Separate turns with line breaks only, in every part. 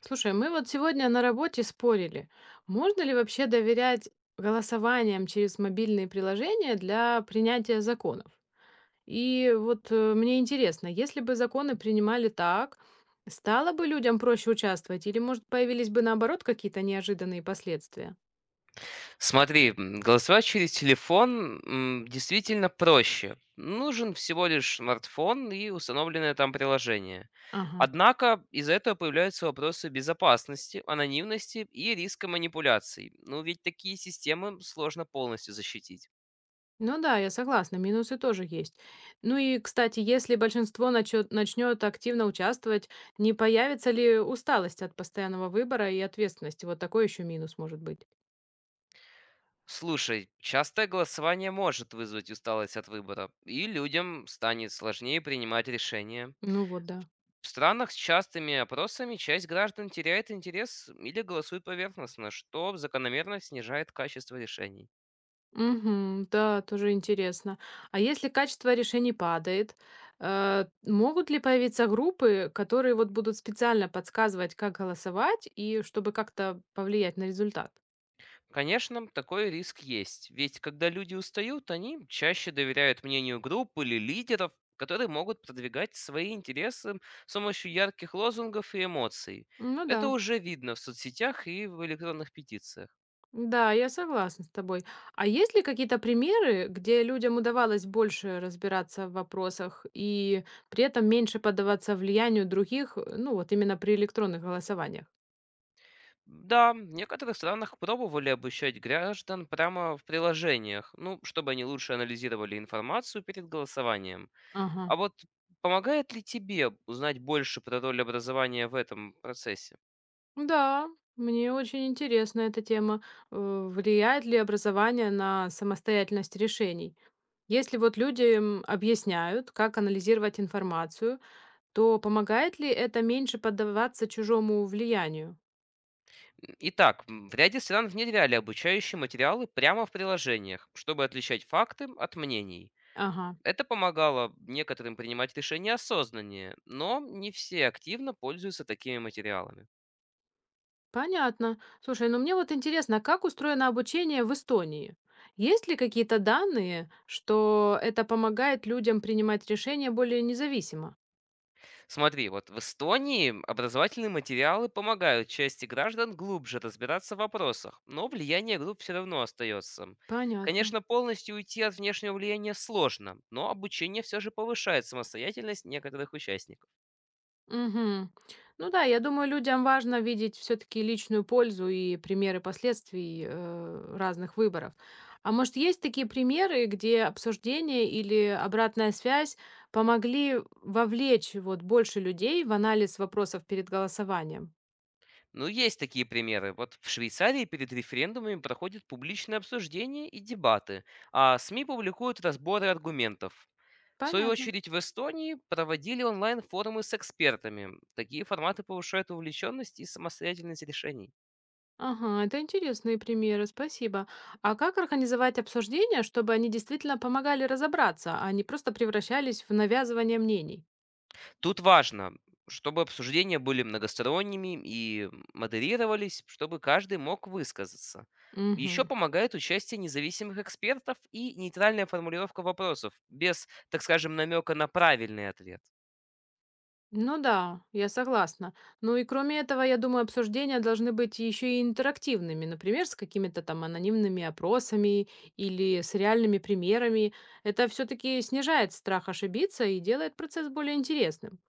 Слушай, мы вот сегодня на работе спорили, можно ли вообще доверять голосованиям через мобильные приложения для принятия законов. И вот мне интересно, если бы законы принимали так, стало бы людям проще участвовать или, может, появились бы наоборот какие-то неожиданные последствия?
Смотри, голосовать через телефон действительно проще. Нужен всего лишь смартфон и установленное там приложение.
Ага.
Однако из-за этого появляются вопросы безопасности, анонимности и риска манипуляций. Ну ведь такие системы сложно полностью защитить.
Ну да, я согласна, минусы тоже есть. Ну и, кстати, если большинство начнет активно участвовать, не появится ли усталость от постоянного выбора и ответственности? Вот такой еще минус может быть.
Слушай, частое голосование может вызвать усталость от выбора, и людям станет сложнее принимать решения.
Ну вот, да.
В странах с частыми опросами часть граждан теряет интерес или голосует поверхностно, что закономерно снижает качество решений.
Мгм. Да, тоже интересно. А если качество решений падает, могут ли появиться группы, которые вот будут специально подсказывать, как голосовать, и чтобы как-то повлиять на результат?
Конечно, такой риск есть, ведь когда люди устают, они чаще доверяют мнению групп или лидеров, которые могут продвигать свои интересы с помощью ярких лозунгов и эмоций.
Ну да.
Это уже видно в соцсетях и в электронных петициях.
Да, я согласна с тобой. А есть ли какие-то примеры, где людям удавалось больше разбираться в вопросах и при этом меньше поддаваться влиянию других, ну вот именно при электронных голосованиях?
Да, в некоторых странах пробовали обучать граждан прямо в приложениях, ну, чтобы они лучше анализировали информацию перед голосованием.
Ага.
А вот помогает ли тебе узнать больше про роль образования в этом процессе?
Да, мне очень интересна эта тема. Влияет ли образование на самостоятельность решений? Если вот людям объясняют, как анализировать информацию, то помогает ли это меньше поддаваться чужому влиянию?
Итак, в ряде стран внедряли обучающие материалы прямо в приложениях, чтобы отличать факты от мнений.
Ага,
Это помогало некоторым принимать решения осознаннее, но не все активно пользуются такими материалами.
понятно. Слушай, ну мне вот интересно, а как устроено обучение в Эстонии? Есть ли какие-то данные, что это помогает людям принимать решения более независимо?
Смотри, вот в Эстонии образовательные материалы помогают части граждан глубже разбираться в вопросах, но влияние групп все равно остается.
Понятно.
Конечно, полностью уйти от внешнего влияния сложно, но обучение все же повышает самостоятельность некоторых участников.
Мгм. Ну да, я думаю, людям важно видеть все-таки личную пользу и примеры последствий разных выборов. А может, есть такие примеры, где обсуждение или обратная связь помогли вовлечь вот больше людей в анализ вопросов перед голосованием?
Ну, есть такие примеры. Вот в Швейцарии перед референдумами проходят публичные обсуждения и дебаты, а СМИ публикуют разборы аргументов. В свою
Понятно.
очередь, в Эстонии проводили онлайн-форумы с экспертами. Такие форматы повышают увлеченность и самостоятельность решений.
Ага, это интересные примеры, спасибо. А как организовать обсуждения, чтобы они действительно помогали разобраться, а не просто превращались в навязывание мнений?
Тут важно, чтобы обсуждения были многосторонними и модерировались, чтобы каждый мог высказаться. Еще
Мгм.
помогает участие независимых экспертов и нейтральная формулировка вопросов, без, так скажем, намека на правильный ответ.
Ну да, я согласна. Ну и кроме этого, я думаю, обсуждения должны быть еще и интерактивными, например, с какими-то там анонимными опросами или с реальными примерами. Это все-таки снижает страх ошибиться и делает процесс более интересным.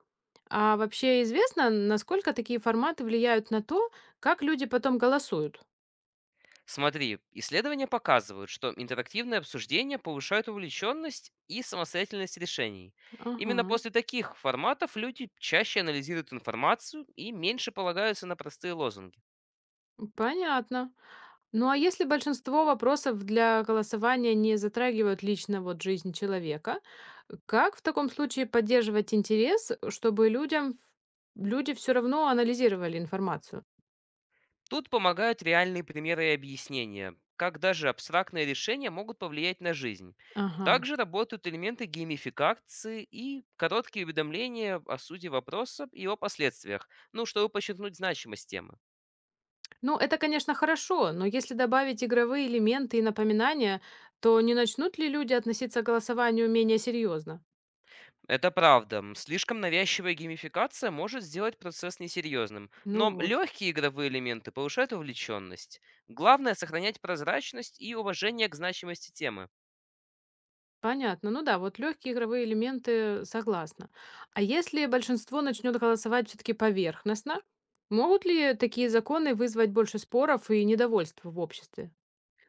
А вообще известно, насколько такие форматы влияют на то, как люди потом голосуют?
Смотри, исследования показывают, что интерактивные обсуждения повышают увлеченность и самостоятельность решений.
Ага,
Именно после таких форматов люди чаще анализируют информацию и меньше полагаются на простые лозунги.
понятно. Ну а если большинство вопросов для голосования не затрагивают лично вот жизнь человека, как в таком случае поддерживать интерес, чтобы люди все равно анализировали информацию?
Тут помогают реальные примеры и объяснения, как даже абстрактные решения могут повлиять на жизнь.
Ага.
Также работают элементы геймификации и короткие уведомления о сути вопроса и о последствиях, ну, чтобы подчеркнуть значимость темы.
Ну, это, конечно, хорошо, но если добавить игровые элементы и напоминания, то не начнут ли люди относиться к голосованию менее серьезно?
Это правда. Слишком навязчивая геймификация может сделать процесс несерьезным,
Ну
но
вот.
легкие игровые элементы повышают увлеченность. Главное– сохранять прозрачность и уважение к значимости темы.
Понятно. Ну да, вот легкие игровые элементы, согласна. А если большинство начнет голосовать все-таки поверхностно, могут ли такие законы вызвать больше споров и недовольства в обществе?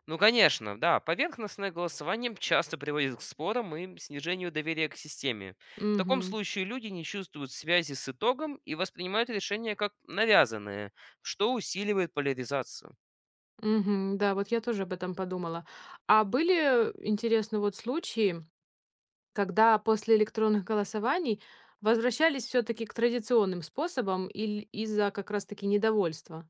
Ну, конечно, да, поверхностное голосование часто приводит к спорам и снижению доверия к системе. В таком
Угу.
случае люди не чувствуют связи с итогом и воспринимают решения как навязанные, что усиливает поляризацию.
Угу. Да, вот я тоже об этом подумала. А были, интересно, вот случаи, когда после электронных голосований возвращались все-таки к традиционным способам или из-за как раз-таки недовольства?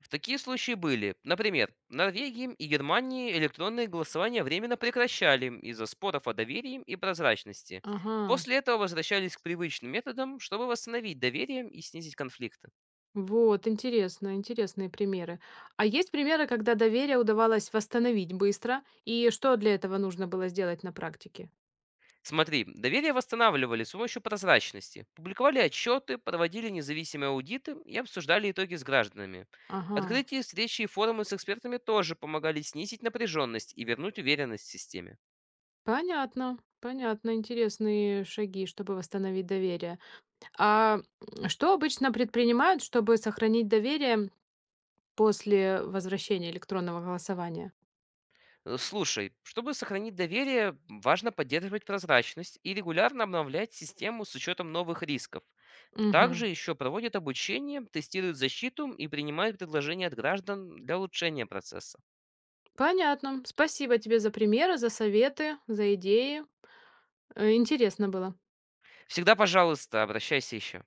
В такие случаи были. Например, в Норвегии и Германии электронные голосования временно прекращали из-за споров о доверии и прозрачности.
Ага.
После этого возвращались к привычным методам, чтобы восстановить доверие и снизить конфликты.
Вот, интересно, интересные примеры. А есть примеры, когда доверие удавалось восстановить быстро, и что для этого нужно было сделать на практике?
Смотри, доверие восстанавливали с помощью прозрачности, публиковали отчеты, проводили независимые аудиты и обсуждали итоги с гражданами.
Ага,
Открытие встречи и форумы с экспертами тоже помогали снизить напряженность и вернуть уверенность в системе.
понятно, понятно, интересные шаги, чтобы восстановить доверие. А что обычно предпринимают, чтобы сохранить доверие после возвращения электронного голосования?
Слушай, чтобы сохранить доверие, важно поддерживать прозрачность и регулярно обновлять систему с учетом новых рисков. Также
Угу.
еще проводят обучение, тестируют защиту и принимают предложения от граждан для улучшения процесса.
Понятно. Спасибо тебе за примеры, за советы, за идеи. Интересно было.
Всегда, пожалуйста, обращайся еще.